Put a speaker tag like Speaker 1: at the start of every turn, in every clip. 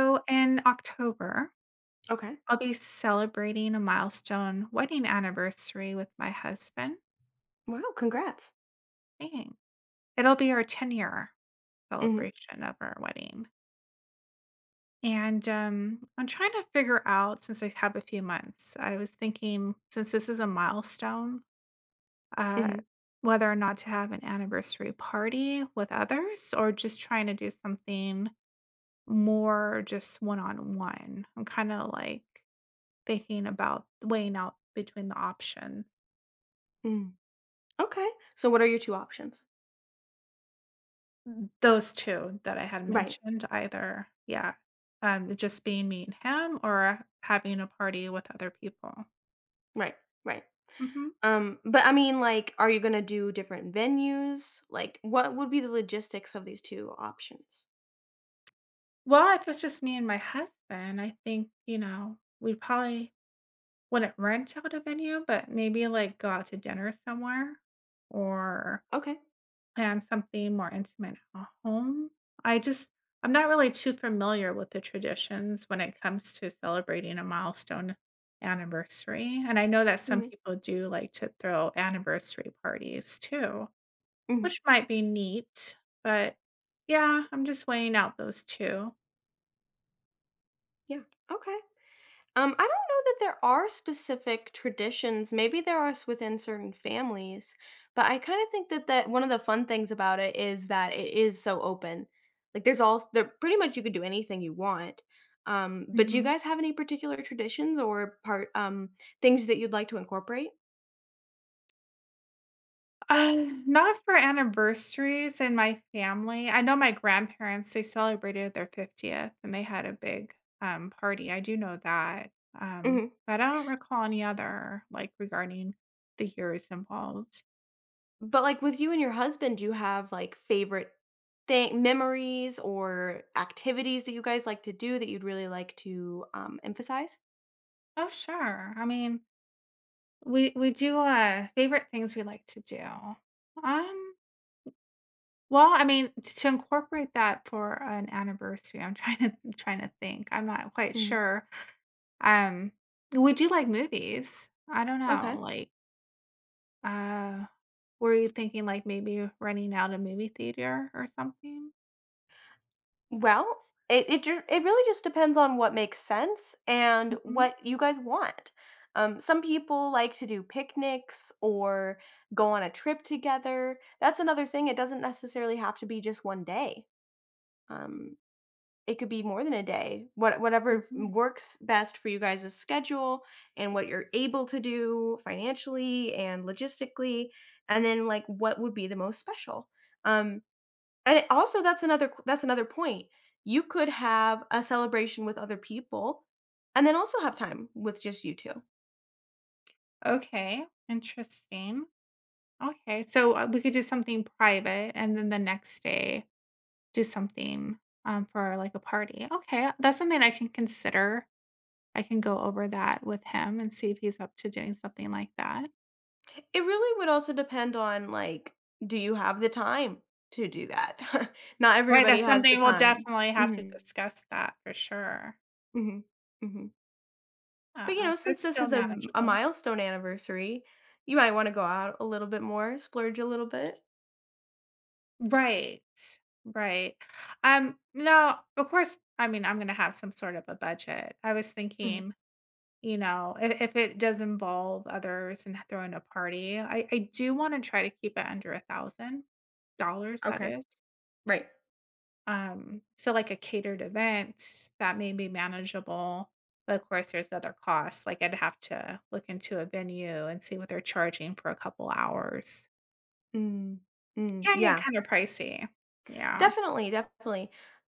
Speaker 1: So in October,
Speaker 2: Okay.
Speaker 1: I'll be celebrating a milestone wedding anniversary with my husband.
Speaker 2: Wow, congrats.
Speaker 1: Dang. It'll be our 10-year
Speaker 2: Mhm,
Speaker 1: celebration of our wedding. And I'm trying to figure out, since I have a few months, I was thinking, since this is a milestone, uh,
Speaker 2: mhm,
Speaker 1: whether or not to have an anniversary party with others or just trying to do something more just one on one. I'm kind of like thinking about weighing out between the options.
Speaker 2: mhm. Okay. So what are your 2 options?
Speaker 1: Those 2 that I had
Speaker 2: Right.
Speaker 1: mentioned, either yeah, just being me and him or having a party with other people.
Speaker 2: Right. Right.
Speaker 1: Mhm.
Speaker 2: But I mean, are you gonna do different venues? Like, what would be the logistics of these 2 options?
Speaker 1: Well, if it's just me and my husband, I think, you know, we probably wouldn't rent out a venue, but maybe, like, go out to dinner somewhere or
Speaker 2: Okay.
Speaker 1: plan something more intimate at home. I just I'm not really too familiar with the traditions when it comes to celebrating a milestone anniversary, and I know that some
Speaker 2: Mhm,
Speaker 1: people do like to throw anniversary parties too,
Speaker 2: mhm.
Speaker 1: which might be neat, but yeah, I'm just weighing out those 2.
Speaker 2: Yeah. Okay. I don't know that there are specific traditions. Maybe there are within certain families, but I kind of think that one of the fun things about it is that it is so open. Like there's all there pretty much you could do anything you want. But do you
Speaker 1: Mhm.
Speaker 2: guys have any particular traditions or part things that you'd like to incorporate?
Speaker 1: Uh, Not for anniversaries in my family. I know my grandparents, they celebrated their 50th and they had a big party. I do know that. But I don't recall any other like regarding the years involved.
Speaker 2: But, like, with you and your husband, do you have, like, favorite thing memories or activities that you guys like to do that you'd really like to, emphasize?
Speaker 1: Oh, sure. I mean, we do favorite things we like to do. Um, well, I mean, to incorporate that for an anniversary, I'm trying to trying to think. I'm not quite
Speaker 2: Mhm.
Speaker 1: sure. Um, would you like movies? I don't know,
Speaker 2: Okay.
Speaker 1: like, uh, were you thinking, like, maybe renting out a movie theater or something?
Speaker 2: Well, it really just depends on what makes sense and
Speaker 1: Mhm,
Speaker 2: what you guys want. Some people like to do picnics or go on a trip together. That's another thing, it doesn't necessarily have to be just one day. Um It could be more than a day. Whatever
Speaker 1: mhm.
Speaker 2: works best for you guys' schedule and what you're able to do financially and logistically, and then like what would be the most special. Um, and also that's another point. You could have a celebration with other people, and then also have time with just you two.
Speaker 1: Okay, interesting. Okay, so, we could do something private, and then the next day do something, for, like, a party. Okay, that's something I can consider. I can go over that with him and see if he's up to doing something like that.
Speaker 2: It really would also depend on, like, do you have the time to do that? Not
Speaker 1: Right,
Speaker 2: everybody
Speaker 1: that's
Speaker 2: has the
Speaker 1: something we'll
Speaker 2: time.
Speaker 1: definitely have to
Speaker 2: Hmm
Speaker 1: discuss that for sure.
Speaker 2: hmm hmm But, you
Speaker 1: Oh,
Speaker 2: know, since
Speaker 1: it's
Speaker 2: this
Speaker 1: still
Speaker 2: is a
Speaker 1: manageable.
Speaker 2: milestone anniversary, you might wanna go out a little bit more, splurge a little bit.
Speaker 1: Right. Right. No, of course, I mean, I'm gonna have some sort of a budget. I was
Speaker 2: Mhm.
Speaker 1: thinking, you know, if it does involve others and throwing a party, I do want to try to keep it under $1,000, that
Speaker 2: Okay.
Speaker 1: is.
Speaker 2: Right.
Speaker 1: So like a catered event that may be manageable. But of course, there's other costs. Like I'd have to look into a venue and see what they're charging for a couple hours.
Speaker 2: Mm. Mm,
Speaker 1: Can get
Speaker 2: yeah.
Speaker 1: kinda pricey. Yeah.
Speaker 2: Definitely, definitely.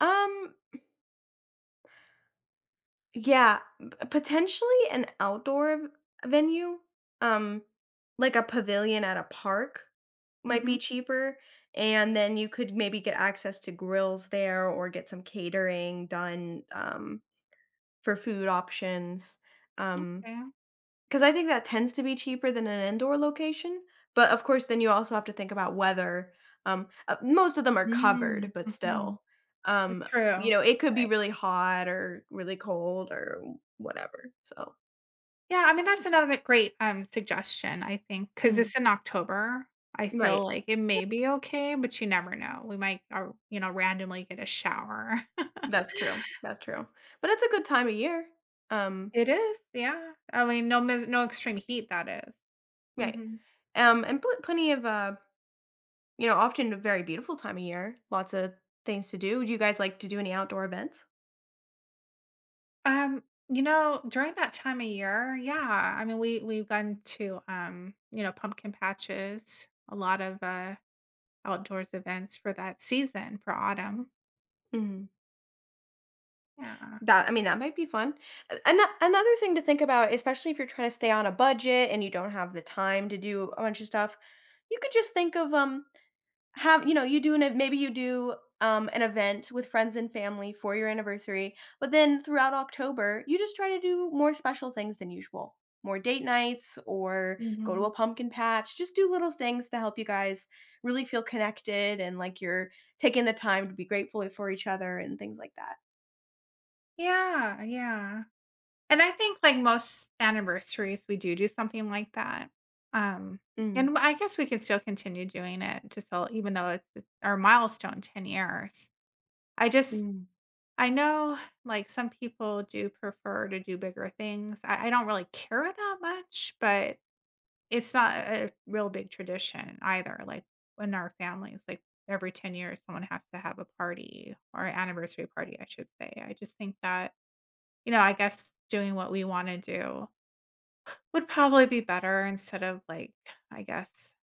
Speaker 2: Um, yeah, p potentially an outdoor v venue, um, like a pavilion at a park might
Speaker 1: Mhm.
Speaker 2: be cheaper, and then you could maybe get access to grills there or get some catering done, for food options, um
Speaker 1: Yeah.
Speaker 2: 'cause I think that tends to be cheaper than an indoor location, but of course, then you also have to think about weather, most of them are
Speaker 1: Mm,
Speaker 2: covered, but
Speaker 1: mhm.
Speaker 2: still, um,
Speaker 1: True.
Speaker 2: you
Speaker 1: Right.
Speaker 2: know, it could be really hot or really cold or whatever, so
Speaker 1: Yeah, I mean, that's another great, suggestion, I think, because
Speaker 2: Mhm.
Speaker 1: it's in October. I feel
Speaker 2: Right.
Speaker 1: like it may be okay, but you never know. We might, you know, randomly get a shower.
Speaker 2: That's true, but it's a good time of year, um,
Speaker 1: It is, yeah. I mean, no extreme heat, that is.
Speaker 2: right,
Speaker 1: Mhm.
Speaker 2: and pl plenty of, you know, often a very beautiful time of year, lots of things to do. Do you guys like to do any outdoor events?
Speaker 1: You know, during that time of year, yeah, I mean, we've gone to, you know, pumpkin patches, a lot of, outdoors events for that season, for autumn.
Speaker 2: Mhm.
Speaker 1: Yeah.
Speaker 2: That I mean, that might be fun. A ano Another thing to think about, especially if you're trying to stay on a budget and you don't have the time to do a bunch of stuff, you could just think of, have you know, you do an ev maybe you do, an event with friends and family for your anniversary, but then throughout October, you just try to do more special things than usual. More date nights or go to a
Speaker 1: Mhm.
Speaker 2: pumpkin patch, just do little things to help you guys really feel connected and like you're taking the time to be grateful for each other and things like that.
Speaker 1: Yeah, yeah. And I think, like, most anniversaries, we do do something like that. Um,
Speaker 2: Mm,
Speaker 1: and I guess we can still continue doing it to cel even though it's our milestone, 10 years. I just
Speaker 2: mm,
Speaker 1: I know, like, some people do prefer to do bigger things. I don't really care that much, but it's not a real big tradition either, like, in our families, like, every 10 years, someone has to have a party or an anniversary party, I should say. I just think that, you know, I guess doing what we wanna do would probably be better instead of, like, I guess,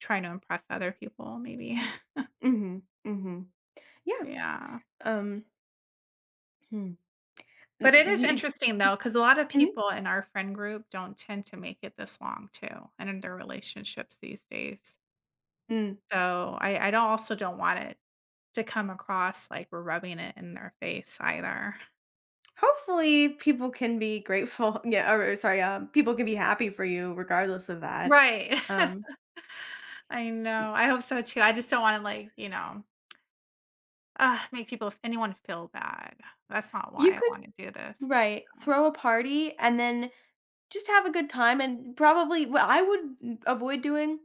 Speaker 1: trying to impress other people maybe.
Speaker 2: mhm, mhm. Yeah,
Speaker 1: Yeah.
Speaker 2: um, hmm.
Speaker 1: But it
Speaker 2: N do
Speaker 1: is
Speaker 2: you
Speaker 1: interesting, though, because a lot of
Speaker 2: mhm,
Speaker 1: people in our friend group don't tend to make it this long too, and in their relationships these days.
Speaker 2: mm.
Speaker 1: So, I don't also don't want it to come across like we're rubbing it in their face either.
Speaker 2: Hopefully, people can be grateful yeah, or sorry, people can be happy for you regardless of that.
Speaker 1: Right.
Speaker 2: Um,
Speaker 1: I know.
Speaker 2: y
Speaker 1: I hope so too. I just don't wanna like, you know, make people anyone feel bad. That's not why
Speaker 2: you
Speaker 1: I
Speaker 2: could
Speaker 1: wanna do this.
Speaker 2: Right,
Speaker 1: Mm.
Speaker 2: throw a party and then just have a good time, and probably what I would avoid doing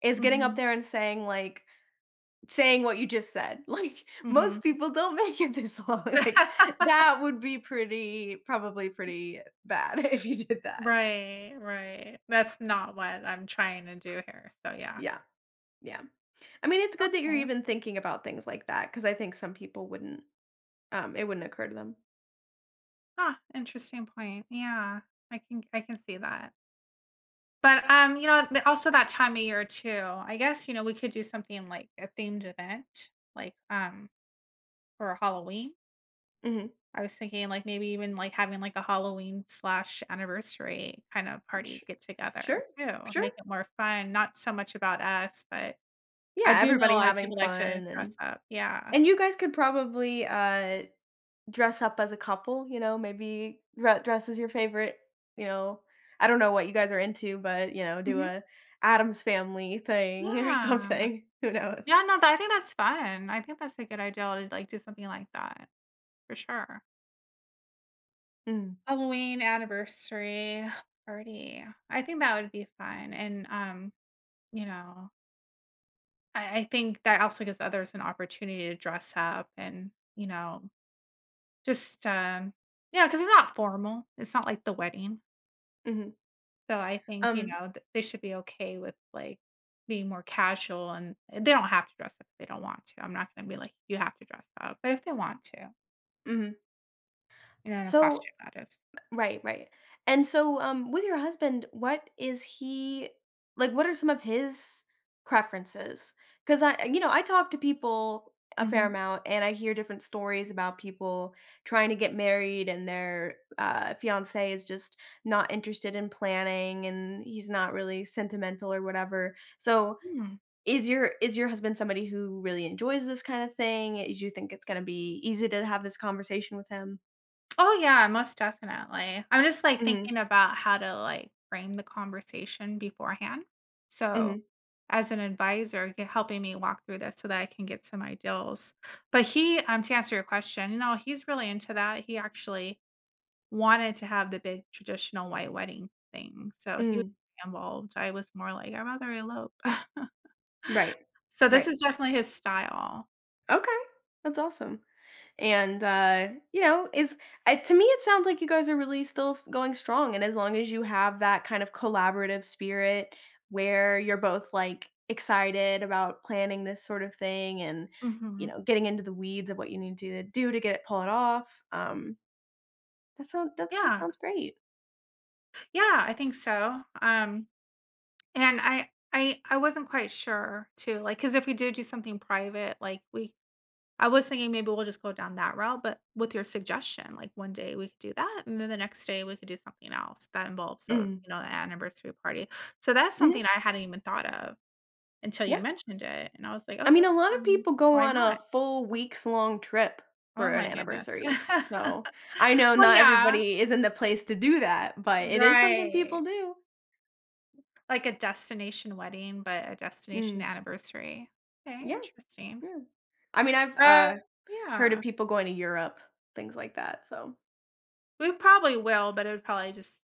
Speaker 2: is getting up
Speaker 1: Mhm.
Speaker 2: there and saying, saying what you just said. Like,
Speaker 1: Mm.
Speaker 2: most
Speaker 1: Mhm.
Speaker 2: people don't make it this long, like, that would be pretty probably pretty bad if you did that.
Speaker 1: Right, right. That's not what I'm trying to do here. So, yeah.
Speaker 2: Yeah, yeah. I mean, it's good that you're
Speaker 1: Okay.
Speaker 2: even thinking about things like that because I think some people wouldn't. It wouldn't occur to them.
Speaker 1: Huh, interesting point. Yeah. I can see that. But, you know, th also that time of year too, I guess, you know, we could do something like a themed event, like, for Halloween.
Speaker 2: Mhm.
Speaker 1: I was thinking, like, maybe even, like, having, like, a Halloween/anniversary slash anniversary kind of party
Speaker 2: Sh
Speaker 1: get
Speaker 2: Sure,
Speaker 1: together too,
Speaker 2: sure.
Speaker 1: make it more fun, not so much about us, but I
Speaker 2: Yeah,
Speaker 1: do know a
Speaker 2: everybody
Speaker 1: lot of
Speaker 2: having
Speaker 1: people like to
Speaker 2: fun,
Speaker 1: dress
Speaker 2: and
Speaker 1: up. Yeah.
Speaker 2: and you guys could probably, dress up as a couple, you know, maybe dress as your favorite, you know, I don't know what you guys are into, but, you know, do
Speaker 1: Mhm.
Speaker 2: a Adam's Family thing or
Speaker 1: Yeah.
Speaker 2: something. Who knows?
Speaker 1: Yeah, no, tha I think that's fun. I think that's a good idea to, like, do something like that, for sure.
Speaker 2: Mhm,
Speaker 1: Halloween anniversary party. I think that would be fun, and, you know, I think that also gives others an opportunity to dress up and, you know, just, you know, because it's not formal, it's not like the wedding,
Speaker 2: mhm.
Speaker 1: so I think, you
Speaker 2: Um,
Speaker 1: know, th they should be okay with, like, being more casual, and eh, they don't have to dress up if they don't want to. I'm not gonna be like, "You have to dress up," but if they want to,
Speaker 2: mhm.
Speaker 1: you know, in a
Speaker 2: So
Speaker 1: costume, that is.
Speaker 2: Right, right. And so, with your husband, what is he like? What are some of his preferences? Because I, you know, I talk to people a fair
Speaker 1: Mhm.
Speaker 2: amount, and I hear different stories about people trying to get married, and their fiance is just not interested in planning, and he's not really sentimental or whatever. So,
Speaker 1: Mm.
Speaker 2: is your husband somebody who really enjoys this kind of thing? Do you think it's going to be easy to have this conversation with him?
Speaker 1: Oh, yeah, most definitely. I'm just, like,
Speaker 2: Hmm
Speaker 1: thinking about how to, like, frame the conversation beforehand. So,
Speaker 2: hmm
Speaker 1: as an advisor, g helping me walk through this so that I can get some ideals. But he to answer your question, you know, he's really into that. He actually wanted to have the big traditional white wedding thing, so he was
Speaker 2: hmm
Speaker 1: involved. I was more like, "I'd rather elope."
Speaker 2: Right.
Speaker 1: So this
Speaker 2: Right.
Speaker 1: is definitely his style.
Speaker 2: Okay. That's awesome. And, you know, is I, to me, it sounds like you guys are really still going strong. And as long as you have that kind of collaborative spirit where you're both like excited about planning this sort of thing and, you
Speaker 1: Mhm.
Speaker 2: know, getting into the weeds of what you need to do to get it, pull it off. That's just
Speaker 1: Yeah.
Speaker 2: sounds great.
Speaker 1: Yeah, I think so. And I wasn't quite sure too, like, cause if we do something private, like, we I was thinking maybe we'll just go down that route, but with your suggestion, like one day we could do that, and then the next day we could do something else that involves a,
Speaker 2: Mm-hmm.
Speaker 1: you know, an anniversary party. So that's something I hadn't even thought of until you
Speaker 2: Yeah.
Speaker 1: mentioned it, and I was like,
Speaker 2: I
Speaker 1: "Okay,
Speaker 2: mean, a lot
Speaker 1: I
Speaker 2: of
Speaker 1: mean,
Speaker 2: people go
Speaker 1: why
Speaker 2: on
Speaker 1: not?"
Speaker 2: a full weeks long trip
Speaker 1: Oh
Speaker 2: for an
Speaker 1: my goodness.
Speaker 2: anniversary. So, I know
Speaker 1: Well,
Speaker 2: not
Speaker 1: yeah,
Speaker 2: everybody is in the place to do that, but it is something
Speaker 1: right.
Speaker 2: people do.
Speaker 1: Like a destination wedding, but a destination
Speaker 2: Mm,
Speaker 1: anniversary. Okay,
Speaker 2: yeah,
Speaker 1: interesting.
Speaker 2: yeah. I mean, I've,
Speaker 1: Uh,
Speaker 2: heard of
Speaker 1: yeah.
Speaker 2: people going to Europe, things like that, so,
Speaker 1: We probably will, but it would probably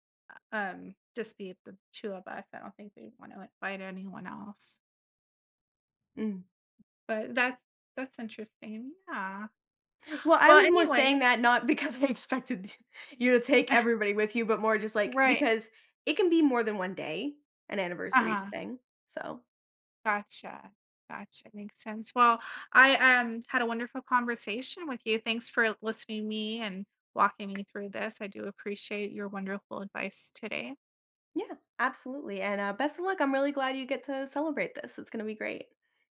Speaker 1: just be the 2 of us. I don't think we want to invite anyone else,
Speaker 2: mm.
Speaker 1: but that's interesting, yeah.
Speaker 2: Well, I
Speaker 1: Well,
Speaker 2: was more saying
Speaker 1: anyways.
Speaker 2: that not because I expected you to take everybody with you, but more just, like,
Speaker 1: Right.
Speaker 2: because it can be more than 1 day, an anniversary
Speaker 1: Uh-huh.
Speaker 2: thing. So,
Speaker 1: Gotcha, gotcha, makes sense. Well, I, had a wonderful conversation with you. Thanks for listening to me and walking me through this. I do appreciate your wonderful advice today.
Speaker 2: yeah, absolutely, and, best of luck. I'm really glad you get to celebrate this. It's gonna be great.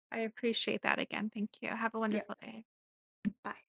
Speaker 1: I appreciate that again. Thank you. Have a
Speaker 2: Yeah.
Speaker 1: wonderful day.
Speaker 2: Bye.